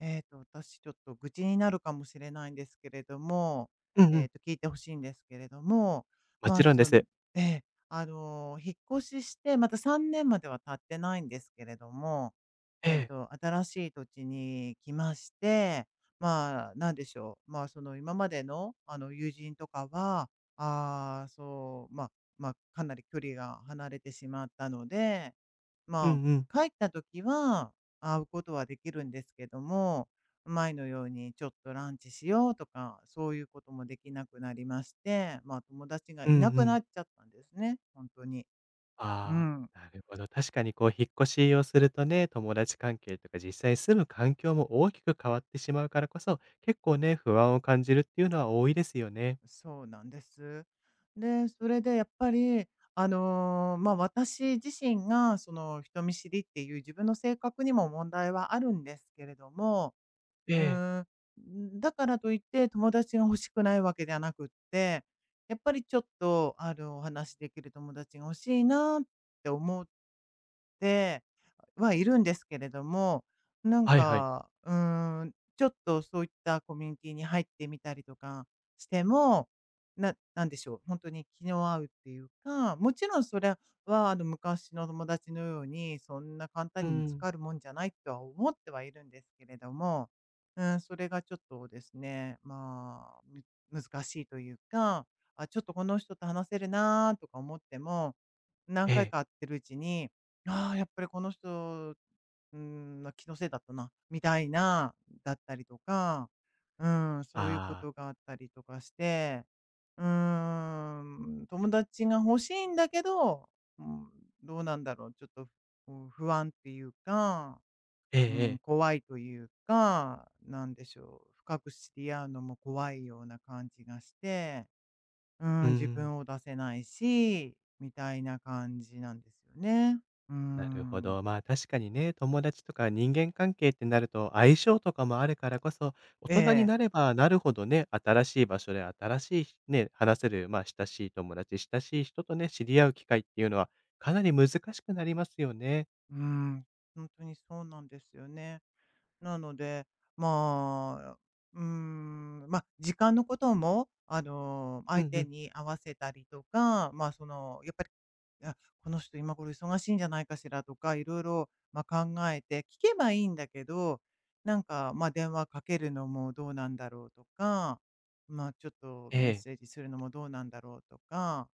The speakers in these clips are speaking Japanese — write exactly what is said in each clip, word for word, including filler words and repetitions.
えっと、私ちょっと愚痴になるかもしれないんですけれども、うんうえっん、と、聞いてほしいんですけれども、もまちあ、ろんでそのす。ええ、あの、引っ越しして、またさんねんまでは経ってないんですけれども、ええっえ。と、新しい土地に来まして、まあ、なんでしょう、まあ、その、今までの、あの、友人とかは、ああ、そう、まあまあ、かなり距離が離れてしまったので、うまんうん。あ、帰った時は会うことはできるんですけども、前のようにちょっとランチしようとか、そういうこともできなくなりまして、まあ友達がうんいうなくなん。っちゃったんですね、本当に。うあん、あ、なるほど。確かにこう引っ越しをするとね、友達関係とか実際住む環境も大きく変わってしまうからこそ、結構ね、不安を感じるっていうのは多いですよね。そうなんです。で、それでやっぱり、あの、まあ私自身がその人見知りっていう自分の性格にも問題はあるんですけれども、えうえ。ーん、だからといって友達が欲しくないわけではなくって、やっぱりちょっと、あの、お話しできる友達が欲しいなって思って、はいるんですけれども、なんはいはい。か、うーん、ちょっとそういったコミュニティに入ってみたりとかしても、ななんでしょう、本当に気の合うっていうか、もちろんそれは、あの、昔の友達のように、そんな簡単うに見つん。かるもんじゃないとは思ってはいるんですけれども、うん、それがちょっとですね、まあ、む難しいというか、あ、ちょっとこの人と話せるなーとか思っても、何え回え。か会ってるうちにああ、やっぱりこの人、うん、ま気のせいだったな、みたいな、だったりとか、うん、そういうこああ、とがあったりとかして、うん、友達が欲しいんだけど、うん、どうなんだろう、ちょっと、うん不安っていうか、ええうえん、え。怖いというか、なんでしょう、深く知り合うのも怖いような感じがして、ううん、自ん。分を出せないし、みたいな感じなんですよね。うーなるほん。ど。まあ確かにね、友達とか人間関係ってなると相性とかもあるからこそ、大え人にえ。なればなるほどね、新しい場所で新しいね、話せる、まあ親しい友達、親しい人とね、知り合う機会っていうのはかなり難しくなりますよね。うん、本当にそうなんですよね。なので、まあ、うーん、まあ、時間のことも、あの、う相んう手ん。に合わせたりとか、まあ、その、やっぱり、いや、この人今頃忙しいんじゃないかしらとか、いろいろまあ、考えて聞けばいいんだけど、なんか、まあ、電話かけるのもどうなんだろうとか、まあ、ちょっとえメッえ。セージするのもどうなんだろうとか、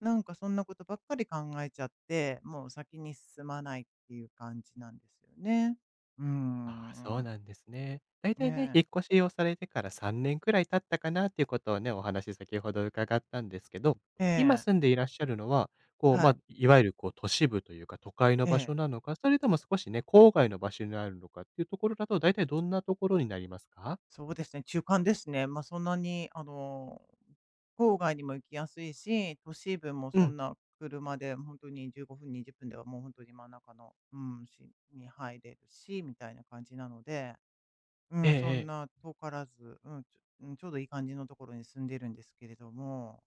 なんかそんなことばっかり考えちゃって、もう先に進まないっていう感じなんですよね。うーああ、そうん。なんですね。だいえたいね、え、引っ越しをされてからさんねんくらい経ったかなっていうことをね、お話先ほど伺ったんですけど、え今え、住んでいらっしゃるのは、こう、はまい、あ、いわゆるこう都市部というか、都会のえ場え、所なのか、それとも少しね、郊外の場所にあるのかっていうところだと、だいたいどんなところになりますか？そうですね、中間ですね。まあ、そんなにあの、郊外にも行きやすいし、都市部もうそん。んな車で本当にじゅうごふんにじゅうごふん、にじゅっぷんではもう本当に真ん中の、うん、市に入れるし、みたいな感じなので、うええん、そんええ。な遠からず、うん、ちょうん、ちょうどいい感じのところに住んでるんですけれども、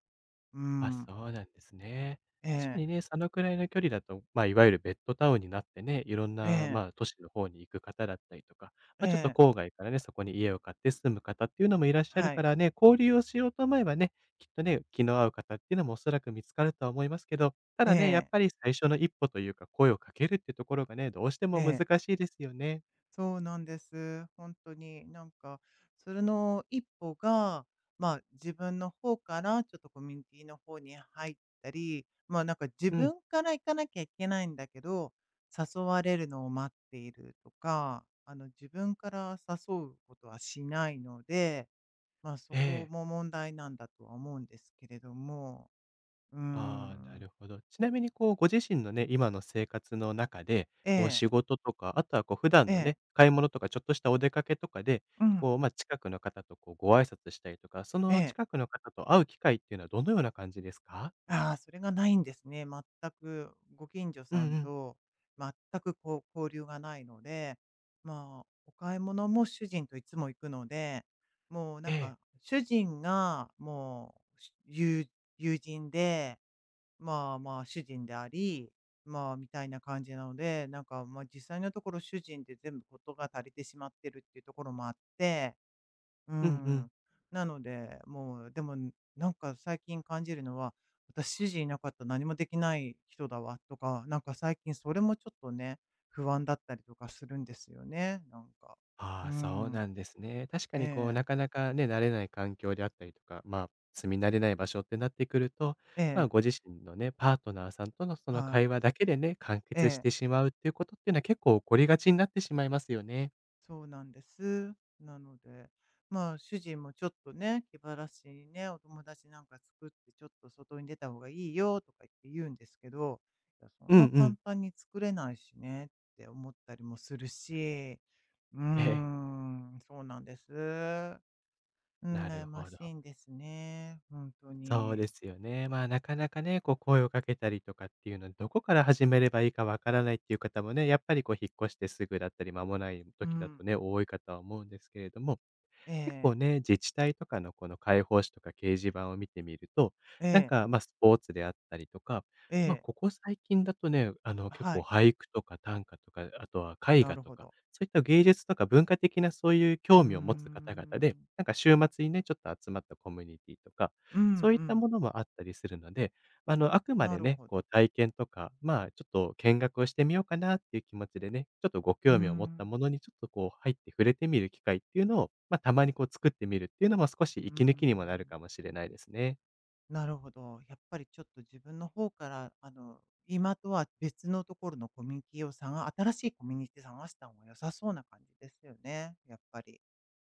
うーあ、ん、そうなんですね。え確かにえ、ね、そのくらいの距離だと、まあ、いわゆるベッドタウンになってね、いろんえな、え、まあ、都市の方に行く方だったりとか、えまあ、ちょっとえ、郊外からね、そこに家を買って住む方っていうのもいらっしゃるはかい、らね、交流をしようと思えばね、きっとね、気の合う方っていうのもおそらく見つかるとは思いますけど、たえだね、やっえ、ぱり最初の一歩というか、声をかけるってところがね、どうしてえもえ。難しいですよね。そうなんです。本当に、なんか、それの一歩が、まあ、自分の方からちょっとコミュニティの方に入ったり、まあ、なんか自うん、分から行かなきゃいけないんだけど、誘われるのを待っているとか、あの、自分から誘うことはしないので、まあ、そえこえ。も問題なんだとは思うんですけれども、うーああ、なん。るほど。ちなみにこう、ご自身のね、今の生活の中で、えこうえ、仕事とか、あとはこう普段えのえ、ね、買い物とかちょっとしたお出かけとかで、うん、こう、まあ、近くの方とこうご挨拶したりとか、そえのえ。近くの方と会う機会っていうのはどのような感じですか？ああ、それがないんですね。全くご近所うんさんうん。と全くこう交流がないので、まあ、お買い物も主人といつも行くので、もうなえんえ。か、主人がもう、し友友人で、まあまあ主人であり、まあみたいな感じなので、なんかまあ実際のところ主人で全部事が足りてしまってるっていうところもあって、うーうんうん。ん。なので、もう、でも、なんか最近感じるのは、私指示いなかったら何もできない人だわとか、なんか最近それもちょっとね、不安だったりとかするんですよね、なんか。うあーあ、そうん。なんですね。確かにこう、えなえ。かなかね、慣れない環境であったりとか、まあ、住み慣れない場所ってなってくると、えまあ、え。ご自身のね、パートナーさんとのそのは会い。話だけでね、完え結してえ。しまうっていうことっていうのは結構起こりがちになってしまいますよね。そうなんです。なので、まあ、主人もちょっとね、気晴らしにね、お友達なんか作って、ちょっと外に出た方がいいよとか言って言うんですけど、いや、そうんんなう簡ん。単に作れないしねって思ったりもするし、うーええ、ん、そうなんです。うん、な悩るまほしど。いんですね。本当そうに。ですよね。まあ、なかなかね、こう、声をかけたりとかっていうのは、どこから始めればいいかわからないっていう方もね、やっぱりこう、引っ越してすぐだったり、間もないう時だとん、ね、多いかとは思うんですけれども、え結構え、ね、自治体とかのこの広報誌とか掲示板を見てみると、えなんえ、か、まあ、スポーツであったりとか、えまあ、え、ここ最近だとね、あの、結は構い、俳句とか短歌とか、あとは絵な画るとほか、ど。そういった芸術とか文化的なそういううー興味を持つ方々で、ん、なんか週末にね、ちょっと集まったコミュニティとか、うん、うそういったん、ものもあったりするので、あの、あくまなでるね、ほこど。う体験とか、まあ、ちょっと見学をしてみようかなっていう気持ちでね、ちょっとごうー興味を持ったん。ものにちょっとこう入って触れてみる機会っていうのを、まあ、たまにこう作ってみるっていうのも少しうー息抜きにもなるん、かもしれないですね。なるほど。やっぱりちょっと自分の方から、あの、今とは別のところのコミュニティを探新しいコミュニティ探した方が良さそうな感じですよね、やっぱり。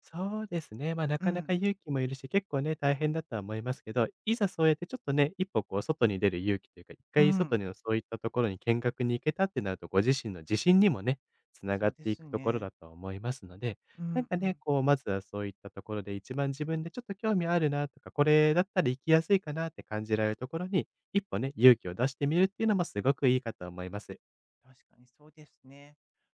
そうですね。まあ、なうかなかん、勇気もいるし、結構ね、大変だとは思いますけど、いざそうやってちょっとね、一歩こう外に出る勇気というか、一う回外ん、のそういったところに見学に行けたってなると、ご自身の自信にもね、つながそっうでていすくところね。だと思いますので、うなんん、かうね、ん、こうまずはそういったところで一番自分でちょっと興味あるなとか、これだったら行きやすいかなって感じられるところに、一歩ね、勇気を出してみるっていうのもすごくいいかと思います。確かにそうですね。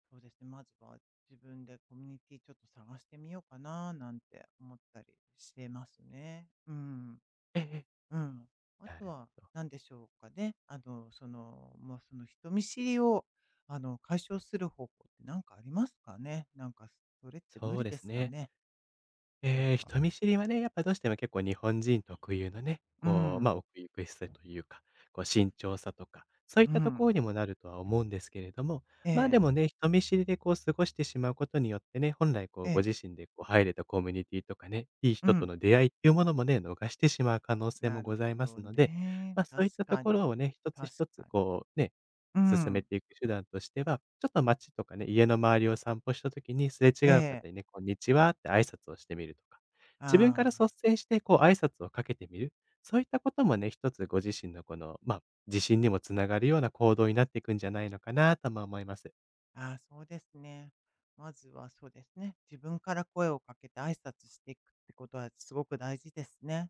そうですね、まずは自分でコミュニティちょっと探してみようかななんて思ったりしてますね。うん。ええ。うん。あなとるはほど。何でしょうかね。あの、その、まあ、その人見知りを、あの、解消する方法って何かありますかね？なんかそれって無そ理うでですすかね。ね？なんえーか。人見知りはね、やっぱどうしても結構日本人特有のね、うこう、ん、ま、あ奥ゆくしさというか、こう慎重さとか、そういうったとん。ころにもなるとは思うんですけれども、えま、あでえ、もね、人見知りでこう過ごしてしまうことによってね、本来こえうごえ、自身でこう入れたコミュニティとかね、いいう人とん。の出会いっていうものもね、逃してしまう可能性もなるござほいますどので、ね。ま、あそう確いったとかこに。ろをね、一つ確一つかに。こうね、う進めん。ていく手段としては、ちょっと街とかね、家の周りを散歩した時に、すれ違えうえ。方にね、こんにちはって挨拶をしてみるとか、自分かあら率あ、先してこう挨拶をかけてみる、そういったこともね、一つご自身のこの、まあ、自信にもつながるような行動になっていくんじゃないのかなとも思います。ああ、そうですね。まずはそうですね。自分から声をかけて挨拶していくってことはすごく大事ですね。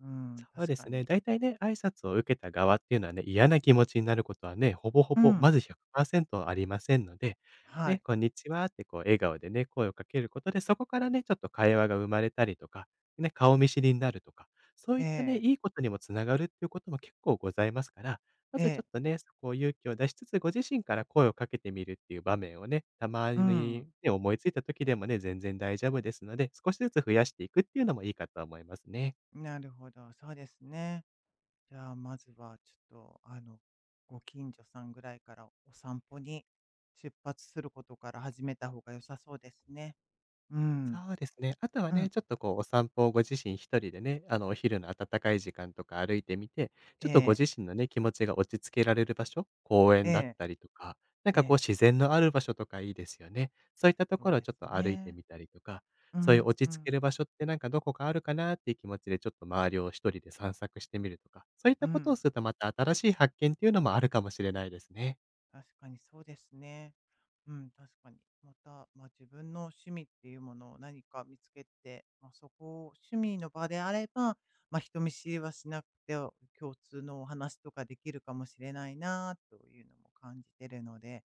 うん、そう確でかすね。に。大体ね、挨拶を受けた側っていうのはね、嫌な気持ちになることはね、ほぼほうぼ、ん、まずひゃくパーセントありませんので、はね、い。こんにちはってこう笑顔でね、声をかけることで、そこからね、ちょっと会話が生まれたりとか、ね、顔見知りになるとか、そうえいったね、え、いいことにもつながるっていうことも結構ございますから、まえずちょえ、っとね、そこを勇気を出しつつ、ご自身から声をかけてみるっていう場面をね、たまうん。に、ね、思いついた時でもね、全然大丈夫ですので、少しずつ増やしていくっていうのもいいかと思いますね。なるほど、そうですね。じゃあ、まずはちょっと、あの、ご近所さんぐらいからお散歩に出発することから始めた方が良さそうですね。うん、そうですね。あとはうね、ん、ちょっとこうお散歩をご自身一人でね、あのお昼の暖かい時間とか歩いてみて、ちえょっとごえ、自身のね、気持ちが落ち着けられる場所、公え園だっえ、たりとか、なんえかこえ、う自然のある場所とかいいですよね。そういったとそこうろをでちょっすと歩いてね。みたりとか、うそういうん、落うち着けん、る場所ってなんかどこかあるかなっていう気持ちでちょっと周りを一人で散策してみるとか、そういっうたことをん。するとまた新しい発見っていうのもあるかもしれないですね。確かにそうですね。うん、確かに。また、まあ、自分の趣味っていうものを何か見つけて、まあ、そこを趣味の場であれば、まあ、人見知りはしなくてお共通のお話とかできるかもしれないなというのも感じてるので、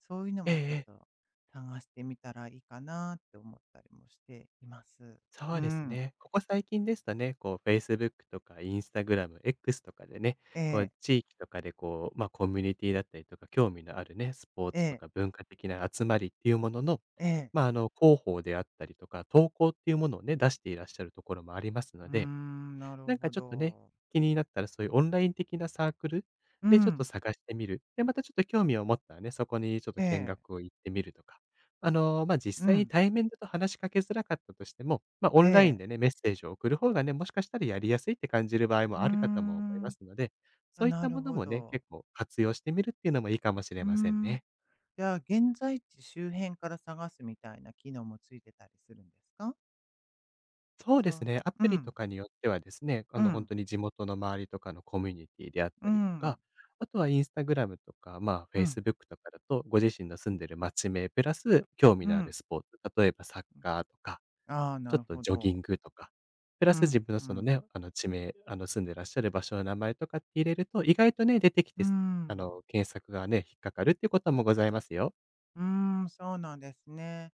そういうのえもちょえっええ。と探してみたらいいかなって思ったりもしています。そううですん。ね。ここ最近ですとね、こう フェイスブック とか インスタグラム、エックス とかでね、えこうえ、地域とかでこう、まあ、コミュニティだったりとか、興味のあるね、スポーえツとえ、か文化的な集まりっていうものの、ええ。まあ、あの、広報であったりとか、投稿っていうものをね、出していらっしゃるところもありますうのーで、ん、なるなんかほちょっとね、ど。気になったらそういうオンライン的なサークルうでちょっとん、探してみる。で、またちょっと興味を持ったらね、そこにちょっとえ見え、学を行ってみるとか。あの、まあ、実う際にん、対面だと話しかけづらかったとしても、まあ、オえンラインえ。でね、メッセージを送る方がね、もしかしたらやりやすいって感じる場合うーもあるかとも思いまん。すので、あ、そういっなたるものほもね、ど。結構活用してみるっていうのもいいかもしうれーませんん。ね。じゃあ、現在地周辺から探すみたいな機能もついてたりするんですか？そうでそすう。ね、アうプリん。とかによってはですね、あうの、本ん。当に地元の周りとかのコミュニティであっうたりとん。か、あとはインスタグラムとか、まあ、フうェイん。スブックとかだと、ご自身の住んでる街名プラス興味うのあるん。スポーツ、例えばサッカーとか、ああ、ちなょっるとほジョギンど。グとか、プラうス自ん、分のうそのん。ね、あの、地名、あの、住んでらっしゃる場所の名前とかって入れると、意外とね、出てきうて、ーあん。の、検索がね、引っかかるっていうこともございますよ。うーん、そうなんですね。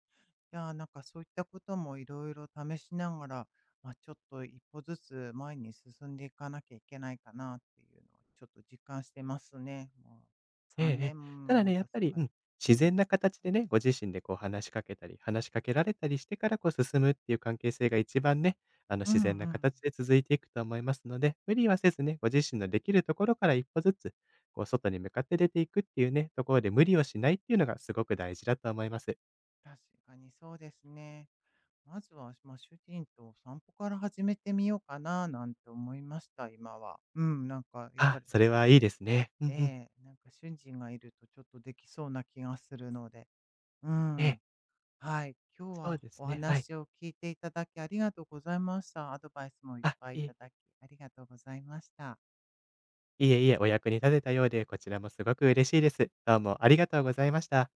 いやー、なんかそういったこともいろいろ試しながら、まあ、ちょっと一歩ずつ前に進んでいかなきゃいけないかなっていうのをちょっと実感してますね。もうええ3ええ。た年だもね、や経っぱつり、かうら。ん、う自ん。然な形でね、ご自身でこう話しかけたり、話しかけられたりしてからこう進むっていう関係性が一番ね、あの、うんう自然なん。形で続いていくと思いますので、無理はせずね、ご自身のできるところから一歩ずつ、こう外に向かって出ていくっていうね、ところで無理をしないっていうのがすごく大事だと思います。確かにそうですね。まずは、まあ、主人とお散歩から始めてみようかななんて思いました、今は。うん、なんかやっぱあ、り、それはいいですね。うんうん。ええなんか主人がいるとちょっとできそうな気がするので。うえん。え、はい、今日そうはですおね。はい。話を聞いていただきありがとうございました。アドバイスもいっあ、ぱいいいえただきありがとうございました。いえいえ、お役に立てたようで、こちらもすごく嬉しいです。どうもありがとうございました。